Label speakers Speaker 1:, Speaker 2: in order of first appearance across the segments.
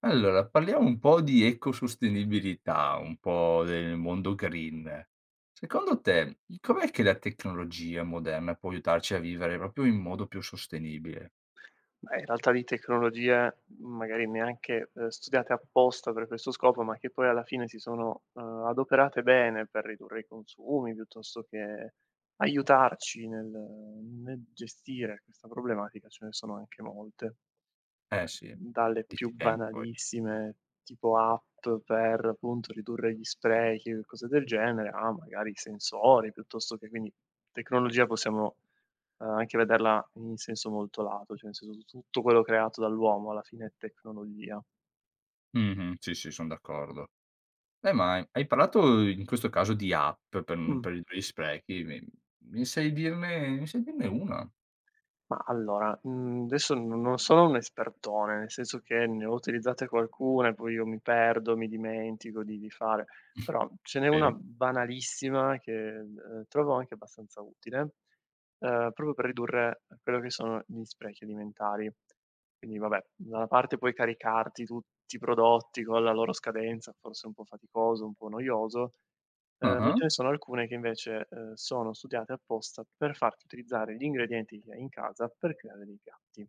Speaker 1: Allora, parliamo un po' di ecosostenibilità, un po' del mondo green. Secondo te, com'è che la tecnologia moderna può aiutarci a vivere proprio in modo più sostenibile?
Speaker 2: Beh, in realtà di tecnologie magari neanche, studiate apposta per questo scopo, ma che poi alla fine si sono, adoperate bene per ridurre i consumi, piuttosto che aiutarci nel gestire questa problematica, ce ne sono anche molte.
Speaker 1: Eh
Speaker 2: Ma
Speaker 1: sì,
Speaker 2: dalle più
Speaker 1: dici tempo poi.
Speaker 2: banalissime, tipo app per appunto ridurre gli sprechi e cose del genere, a magari sensori, piuttosto che quindi tecnologia possiamo anche vederla in senso molto lato, cioè nel senso tutto quello creato dall'uomo alla fine è tecnologia.
Speaker 1: Mh-mh, sì, sì, son d'accordo. Ma hai parlato in questo caso di app per n
Speaker 2: Mh.
Speaker 1: per i tuoi sprechi, mi sai dirne una?
Speaker 2: Ma allora, adesso no, non sono un espertone, nel senso che ne ho utilizzate qualcuna e poi io mi perdo, mi dimentico di fare. Però ce n'è una
Speaker 1: Okay.
Speaker 2: banalissima che, trovo anche abbastanza utile, proprio per ridurre quello che sono gli sprechi alimentari. Quindi vabbè, da una parte puoi caricarti tutti i prodotti con la loro scadenza, forse un po' faticoso, un po' noioso, ma
Speaker 1: Ah-ah.
Speaker 2: ce ne sono alcune che invece, sono studiate apposta per farti utilizzare gli ingredienti che hai in casa per creare dei piatti.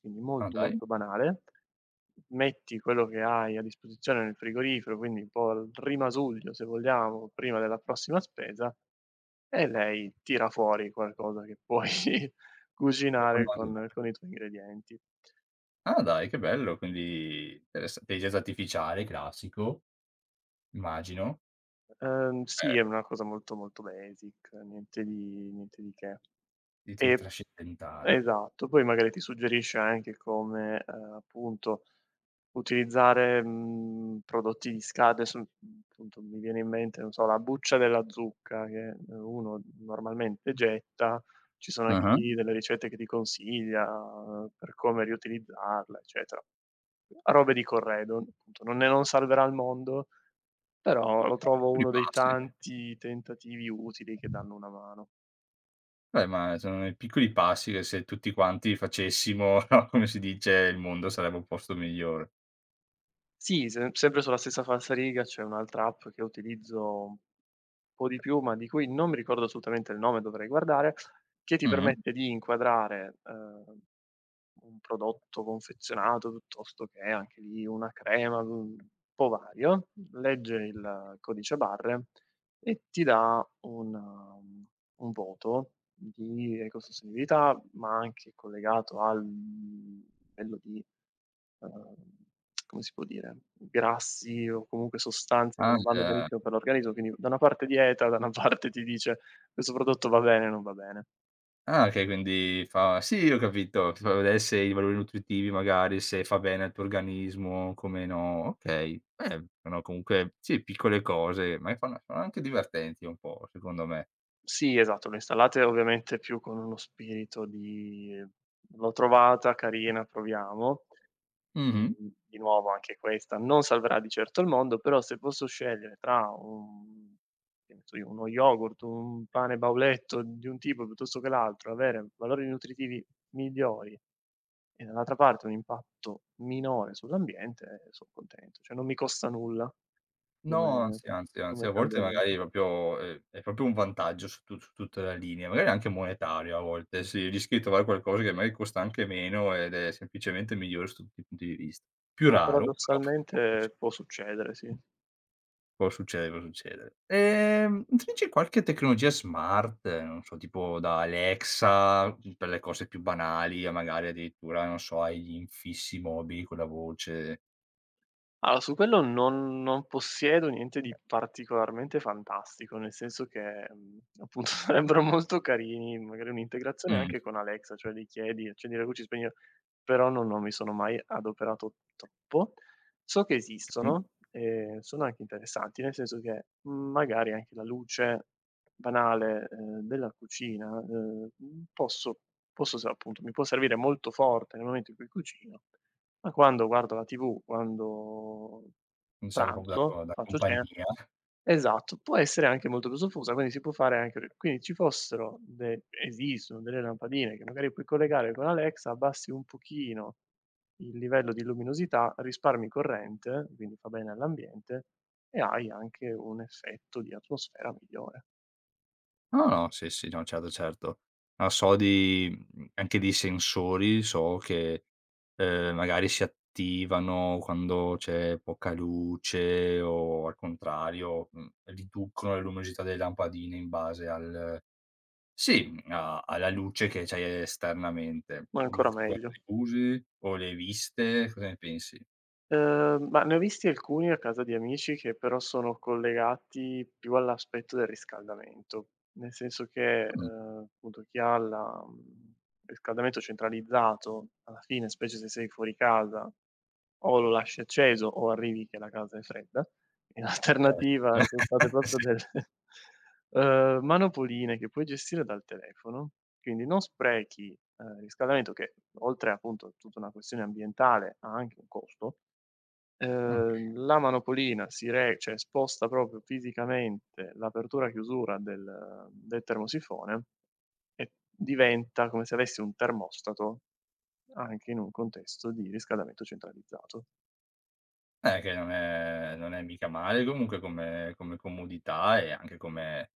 Speaker 2: Quindi
Speaker 1: Ah,
Speaker 2: molto,
Speaker 1: dai.
Speaker 2: molto banale. Metti quello che hai a disposizione nel frigorifero, quindi un po' al rimasuglio se vogliamo, prima della prossima spesa, e lei tira fuori qualcosa che puoi
Speaker 1: E poi
Speaker 2: cucinare
Speaker 1: mandi-
Speaker 2: con i tuoi ingredienti.
Speaker 1: Ah, dai, che bello, quindi interessa intelligenza artificiale, classico. Immagino,
Speaker 2: Sì, è
Speaker 1: eh,
Speaker 2: una cosa molto, molto basic, niente di niente di che.
Speaker 1: di ti
Speaker 2: E
Speaker 1: trascendentale.
Speaker 2: esatto, poi magari ti suggerisce anche come, appunto, utilizzare, prodotti di scarto adesso, appunto mi viene in mente, non so, la buccia della zucca che, uno normalmente getta, ci sono anche
Speaker 1: Ah-ah.
Speaker 2: lì delle ricette che ti consiglia per come riutilizzarla, eccetera. Robe di corredo, appunto, non salverà il mondo, però lo trovo
Speaker 1: Piccoli
Speaker 2: uno dei
Speaker 1: passi.
Speaker 2: tanti tentativi utili che danno una mano.
Speaker 1: Beh, ma sono i piccoli passi che se tutti quanti facessimo, no, come si dice, il mondo sarebbe un posto migliore.
Speaker 2: Sì, se sempre sulla stessa falsariga c'è un'altra app che utilizzo un po' di più, ma di cui non mi ricordo assolutamente il nome, dovrei guardare, che ti
Speaker 1: Mh.
Speaker 2: permette di inquadrare, un prodotto confezionato, piuttosto che anche lì una crema, un po' vario, legge il codice a barre e ti dà un un voto di ecosostenibilità, ma anche collegato al livello di, uhm, come si può dire, grassi o comunque sostanze che
Speaker 1: Ah,
Speaker 2: non vanno
Speaker 1: già.
Speaker 2: benissimo per l'organismo, quindi da una parte dieta, da una parte ti dice: "Questo prodotto va bene, non va bene".
Speaker 1: Ah, okay, quindi fa sì, ho capito, ti fa vedere se i valori nutritivi magari, se fa bene al tuo organismo, come no. Okay, beh, sono comunque sì, piccole cose, ma che fanno sono anche divertenti un po', secondo me.
Speaker 2: Sì, esatto, le insalate ovviamente più con uno spirito di: "L'ho trovata carina, proviamo".
Speaker 1: Mh-mh.
Speaker 2: Di nuovo anche questa non salverà di certo il mondo, però se posso scegliere tra un che ne so io, uno yogurt, un pane bauletto di un tipo piuttosto che l'altro, avere valori nutritivi migliori e dall'altra parte un impatto minore sull'ambiente, son contento. Cioè non mi costa nulla
Speaker 1: No,
Speaker 2: come
Speaker 1: anzi, anzi, anzi,
Speaker 2: come
Speaker 1: a volte
Speaker 2: cambiamento,
Speaker 1: magari proprio è proprio un vantaggio su tutta la linea, magari anche monetario a volte, sì, rischi di trovare qualcosa che magari costa anche meno ed è semplicemente migliore su tutti i punti di vista. Più
Speaker 2: ma
Speaker 1: raro, però può succe
Speaker 2: paradossalmente può succedere, sì.
Speaker 1: può succedere, può succedere. Utilizzi qualche tecnologia smart, non so, tipo da Alexa, per le cose più banali a magari addirittura, non so, agli infissi mobili con la voce.
Speaker 2: Allora, su quello non possiedo niente di particolarmente fantastico, nel senso che, appunto sarebbero molto carini, magari un'integrazione
Speaker 1: Mh,
Speaker 2: anche con Alexa, cioè gli chiedi: "Accendi la luce, spegni la". Però no, non mi sono mai adoperato troppo. So che
Speaker 1: okay.
Speaker 2: esistono e sono anche interessanti, nel senso che, magari anche la luce banale, della cucina, posso posso se appunto mi può servire molto forte nel momento in cui cucino, ma quando guardo la TV, quando
Speaker 1: Quindi serve proprio da
Speaker 2: pranzo,
Speaker 1: co da
Speaker 2: faccio cena,
Speaker 1: compagnia.
Speaker 2: esatto, può essere anche molto più soffusa, quindi si può fare anche quindi ci fossero de esistono delle lampadine che magari puoi collegare con Alexa, abbassi un pochino il livello di luminosità, risparmi corrente, quindi fa bene all'ambiente, e hai anche un effetto di atmosfera migliore,
Speaker 1: No, no, sì, sì, no, certo, certo. Ma so di anche di sensori so che, magari si attivano quando c'è poca luce o al contrario, riducono la luminosità delle lampadine in base al sì, a alla luce che c'hai esternamente.
Speaker 2: ma
Speaker 1: Tu
Speaker 2: ancora
Speaker 1: queste
Speaker 2: meglio.
Speaker 1: cose le usi o le hai viste? Cosa ne pensi?
Speaker 2: Ma ne ho visti alcuni a casa di amici che però sono collegati più all'aspetto del riscaldamento, nel senso che,
Speaker 1: Mh,
Speaker 2: appunto chi ha la riscaldamento centralizzato, alla fine, specie se sei fuori casa, o lo lasci acceso o arrivi che la casa è fredda. In
Speaker 1: eh.
Speaker 2: alternativa son state proprio delle, manopoline che puoi gestire dal telefono, quindi non sprechi, riscaldamento che oltre appunto a tutta una questione ambientale, ha anche un costo.
Speaker 1: Sì.
Speaker 2: La manopolina si re cioè sposta proprio fisicamente l'apertura-chiusura del termosifone e diventa come se avessi un termostato anche in un contesto di riscaldamento centralizzato.
Speaker 1: Che non è mica male comunque come comodità e anche come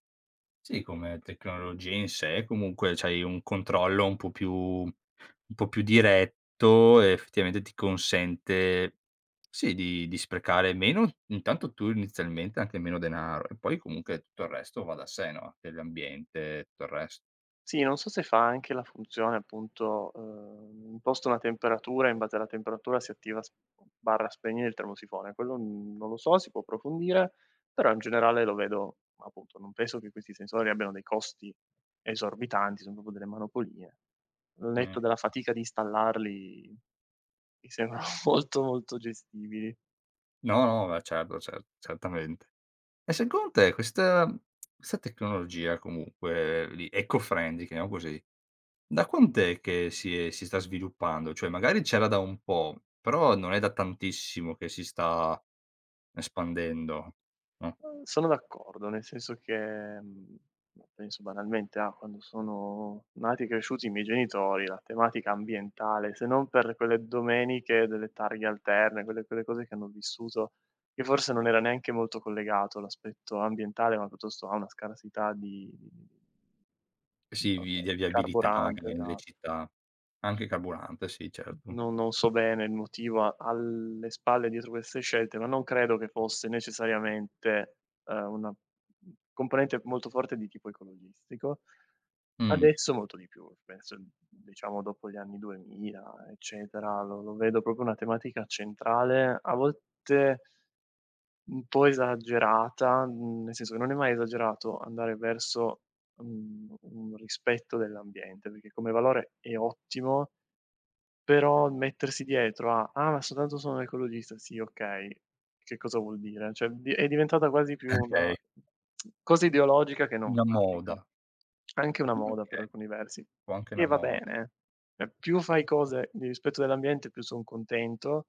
Speaker 1: sì, come tecnologia in sé, comunque c'hai un controllo un po' più diretto e effettivamente ti consente, sì, di sprecare meno intanto tu inizialmente anche meno denaro e poi comunque tutto il resto va da sé, no, dell'ambiente e tutto il resto.
Speaker 2: Sì, non so se fa anche la funzione appunto, imposto una temperatura e in base alla temperatura si attiva s barra spegne il termosifone. Quello n non lo so, si può approfondire, però in generale lo vedo appunto, non penso che questi sensori abbiano dei costi esorbitanti, sono proprio delle manopolie. Al
Speaker 1: Mh.
Speaker 2: netto della fatica di installarli, mi sembrano molto, molto gestibili.
Speaker 1: No, no, beh certo, certamente. E secondo te questa tecnologia comunque lì eco-friendly, chiamiamo così, da quant'è che si sta sviluppando? Cioè magari c'era da un po', però non è da tantissimo che si sta espandendo, no,
Speaker 2: Sono d'accordo, nel senso che, penso banalmente a quando sono nati e cresciuti i miei genitori, la tematica ambientale, se non per quelle domeniche delle targhe alterne, quelle cose che hanno vissuto, che forse non era neanche molto collegato l'aspetto ambientale, ma piuttosto a una scarsità di
Speaker 1: sì,
Speaker 2: non
Speaker 1: vi
Speaker 2: so,
Speaker 1: di viabilità
Speaker 2: carburante,
Speaker 1: magari nelle
Speaker 2: esa
Speaker 1: città. Anche carburante, sì certo.
Speaker 2: non so bene il motivo a alle spalle dietro queste scelte, ma non credo che fosse necessariamente, una componente molto forte di tipo ecologistico.
Speaker 1: Mh,
Speaker 2: Adesso molto di più, penso diciamo dopo gli anni 2000 eccetera, lo vedo proprio una tematica centrale, a volte un po' esagerata, nel senso che non è mai esagerato andare verso, un rispetto dell'ambiente, perché come valore è ottimo, però mettersi dietro a: "Ah, ma soltanto sono un ecologista". Sì, okay, che cosa vuol dire? Cioè, di è diventata quasi più
Speaker 1: okay.
Speaker 2: una cosa ideologica che non
Speaker 1: Una moda.
Speaker 2: pratica. Anche una
Speaker 1: Okay,
Speaker 2: moda per alcuni versi.
Speaker 1: può anche una
Speaker 2: Che va
Speaker 1: moda.
Speaker 2: bene, cioè più fai cose di rispetto dell'ambiente più son contento,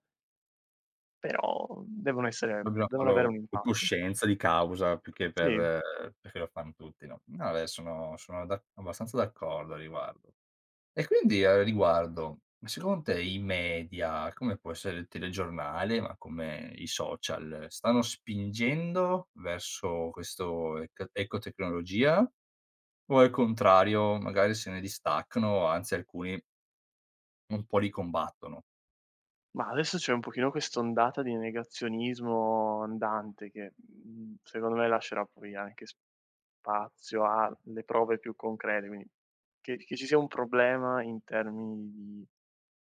Speaker 2: però devono essere
Speaker 1: Dobbiamo
Speaker 2: devono avere un
Speaker 1: farlo con
Speaker 2: impatto.
Speaker 1: coscienza di causa più che
Speaker 2: Sì.
Speaker 1: perché lo fanno tutti, no. No, beh, sono d'ac abbastanza d'accordo a riguardo. E quindi a riguardo, secondo te i media, come può essere il telegiornale, ma come i social, stanno spingendo verso questo ec ecotecnologia o al contrario magari se ne distaccano, anzi alcuni un po' li combattono?
Speaker 2: Ma adesso c'è un pochino quest'ondata di negazionismo andante che, secondo me lascerà poi anche spazio alle prove più concrete, quindi che ci sia un problema in termini di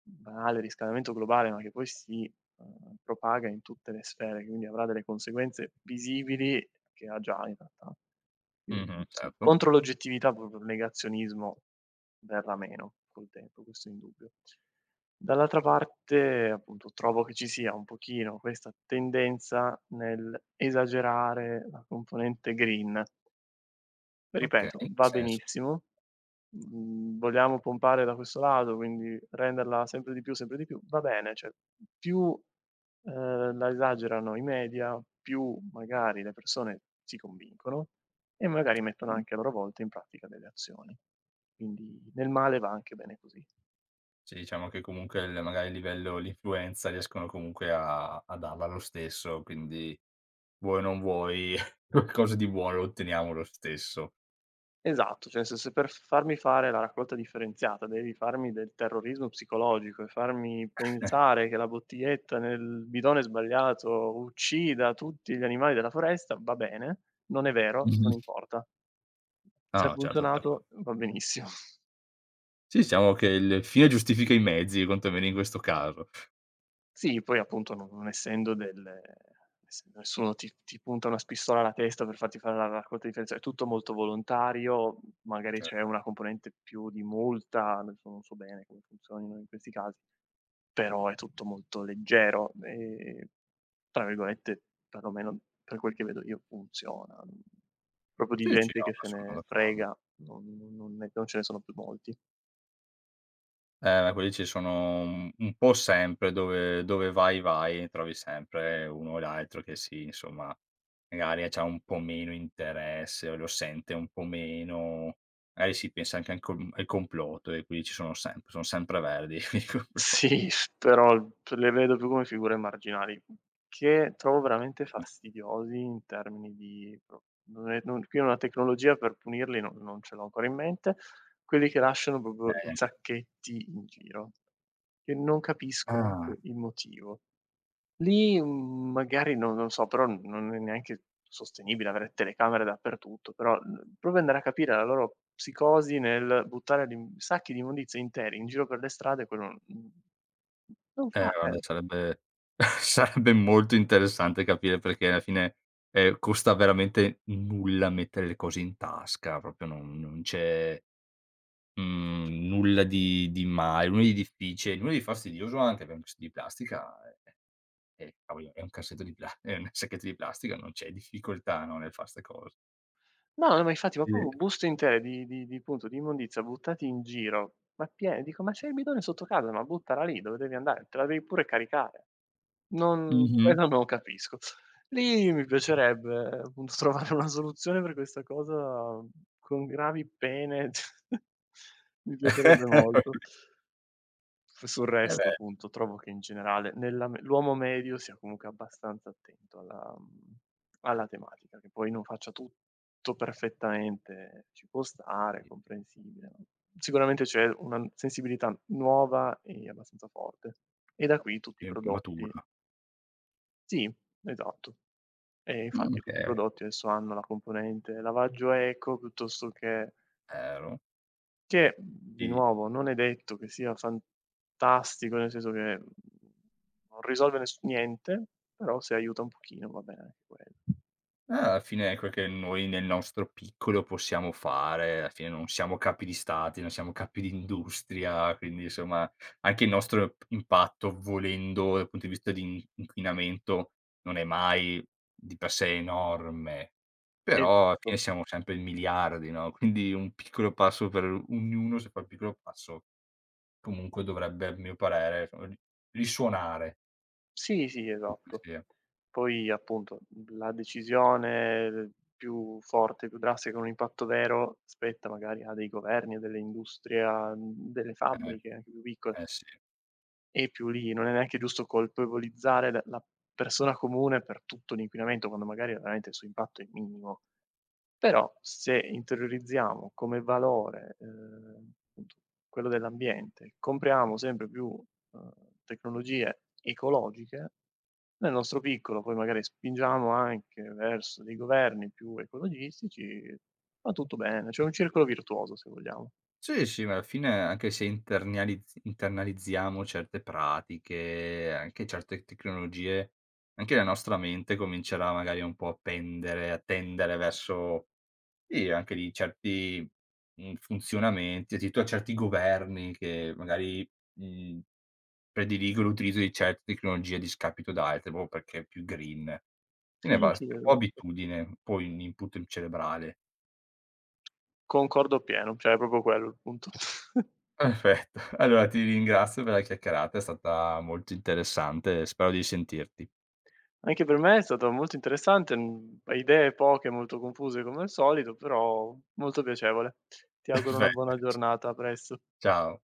Speaker 2: banale riscaldamento globale, ma che poi si, propaga in tutte le sfere, quindi avrà delle conseguenze visibili che ha già in realtà.
Speaker 1: Mh-mh,
Speaker 2: Sì,
Speaker 1: certo.
Speaker 2: contro l'oggettività proprio il negazionismo verrà meno col tempo, questo è indubbio. Dall'altra parte, appunto, trovo che ci sia un pochino questa tendenza nell'esagerare la componente green.
Speaker 1: Okay,
Speaker 2: Ripeto,
Speaker 1: in che
Speaker 2: va
Speaker 1: senso?
Speaker 2: benissimo. Vogliamo pompare da questo lato, quindi renderla sempre di più, va bene, cioè più, la esagerano i media, più magari le persone si convincono e magari mettono anche a loro volta in pratica delle azioni. Quindi nel male va anche bene così.
Speaker 1: Sì, diciamo che comunque il magari il livello l'influenza riescono comunque a darla lo stesso, quindi vuoi o non vuoi qualcosa di buono lo otteniamo lo stesso.
Speaker 2: Esatto, cioè nel senso per farmi fare la raccolta differenziata, devi farmi del terrorismo psicologico e farmi pensare che la bottiglietta nel bidone sbagliato uccida tutti gli animali della foresta, va bene, non è vero, non
Speaker 1: Mh-mh.
Speaker 2: importa.
Speaker 1: No,
Speaker 2: Se ha
Speaker 1: no, certo, certo.
Speaker 2: funzionato va benissimo.
Speaker 1: Sì, diciamo che il fine giustifica i mezzi, quantomeno in questo caso.
Speaker 2: Sì, poi appunto non essendo del essendo nessuno ti punta una spistola alla testa per farti fare la raccolta differenziale, è tutto molto volontario, magari
Speaker 1: Cioè
Speaker 2: c'è una componente più di multa, adesso non so bene come funzionino in questi casi, però è tutto molto leggero e tra virgolette, perlomeno per quel che vedo io funziona. Proprio di
Speaker 1: sì, sì,
Speaker 2: gente
Speaker 1: no,
Speaker 2: che
Speaker 1: ma
Speaker 2: se
Speaker 1: sono
Speaker 2: ne
Speaker 1: d'accordo.
Speaker 2: frega, non ce ne sono più molti.
Speaker 1: Ma quelli ci sono un po' sempre, dove vai, vai, trovi sempre uno o l'altro che sì, insomma, magari c'ha un po' meno interesse o lo sente un po' meno, magari si pensa anche al complotto e quindi ci sono sempre, son sempre verdi i complotti.
Speaker 2: Sì, però le vedo più come figure marginali, che trovo veramente fastidiosi in termini di pro non è non qui una tecnologia per punirli non ce l'ho ancora in mente, quelli che lasciano proprio
Speaker 1: Eh,
Speaker 2: i
Speaker 1: anche
Speaker 2: sacchetti in giro, che non capisco
Speaker 1: ah,
Speaker 2: neanche il motivo. Lì, magari non so, però n non è neanche sostenibile avere telecamere dappertutto, però, provi ad andare a capire la loro psicosi nel buttare l'im sacchi di immondizia interi in giro per le strade, quello, non
Speaker 1: eh
Speaker 2: fa cioè
Speaker 1: guarda sarebbe sarebbe molto interessante capire perché alla fine, costa veramente nulla mettere le cose in tasca, proprio non c'è. Mhmm, nulla di male, nulla di difficile, nulla di fastidioso anche, per un cassetto di plastica è cavoli, è un cassetto di pla è un sacchetto di plastica, non c'è difficoltà, no, nel far 'ste cose.
Speaker 2: no, no, ma infatti, ma
Speaker 1: Sì.
Speaker 2: proprio buste intere di appunto, di immondizia buttati in giro, ma pie dico: "Ma c'è il bidone sotto casa, ma buttala lì dove devi andare, te la devi pure caricare." Non
Speaker 1: Mh-mh.
Speaker 2: quello non capisco. Lì mi piacerebbe, appunto, trovare una soluzione per questa cosa con gravi pene. Mi piacerebbe molto. F sul
Speaker 1: Eh
Speaker 2: resto,
Speaker 1: beh,
Speaker 2: appunto, trovo che in generale nella me l'uomo medio sia comunque abbastanza attento alla alla tematica, che poi non faccia tutto perfettamente, ci può stare, è
Speaker 1: sì,
Speaker 2: comprensibile. Sicuramente c'è una sensibilità nuova e abbastanza forte. E da qui tutti i
Speaker 1: sì, matura.
Speaker 2: prodotti sì, esatto. E infatti tutti i
Speaker 1: Okay,
Speaker 2: prodotti adesso hanno la componente lavaggio eco piuttosto
Speaker 1: ero,
Speaker 2: che, di
Speaker 1: sì.
Speaker 2: nuovo non è detto che sia fantastico, nel senso che, non risolve ness niente, però se aiuta un pochino va bene anche quello.
Speaker 1: Alla fine è quel che noi nel nostro piccolo possiamo fare, alla fine non siamo capi di stati, non siamo capi di industria, quindi insomma anche il nostro p impatto, volendo dal punto di vista di in inquinamento, non è mai di per sé enorme, però alla fine
Speaker 2: Esatto.
Speaker 1: siamo sempre in miliardi, no, quindi un piccolo passo per ognuno, se fa il piccolo passo, comunque dovrebbe, a mio parere, risuonare,
Speaker 2: Sì, sì,
Speaker 1: comunque
Speaker 2: esatto.
Speaker 1: sia.
Speaker 2: Poi appunto, la decisione più forte, più drastica, con un impatto vero, spetta magari a dei governi, a delle industrie, a, delle
Speaker 1: Eh,
Speaker 2: fabbriche anche più piccole.
Speaker 1: eh sì.
Speaker 2: E più lì, non è neanche giusto colpevolizzare la persona comune per tutto l'inquinamento, quando magari veramente il suo impatto è minimo. Però se interiorizziamo come valore, appunto, quello dell'ambiente, compriamo sempre più, ehm, tecnologie ecologiche, nel nostro piccolo poi magari spingiamo anche verso dei governi più ecologistici, va tutto bene, c'è un circolo virtuoso se vogliamo.
Speaker 1: Sì, sì, ma alla fine anche se internalizziamo certe pratiche, anche certe tecnologie, anche la nostra mente comincerà magari un po' a tendere verso sì, anche di certi, funzionamenti, addirittura certi governi che magari, mhmm, prediligono l'utilizzo di certe tecnologie a discapito da altre, proprio perché è più green.
Speaker 2: Sì,
Speaker 1: Quindi
Speaker 2: sì,
Speaker 1: basta,
Speaker 2: sì,
Speaker 1: un po'
Speaker 2: esatto.
Speaker 1: abitudine, poi un input cerebrale.
Speaker 2: Concordo appieno, cioè è proprio quello il punto.
Speaker 1: Perfetto. Allora ti ringrazio per la chiacchierata, è stata molto interessante e spero di sentirti.
Speaker 2: Anche per me è stato molto interessante, idee poche, molto confuse come al solito, però molto piacevole. Ti auguro una buona
Speaker 1: Perfetto.
Speaker 2: giornata, a presto.
Speaker 1: Ciao.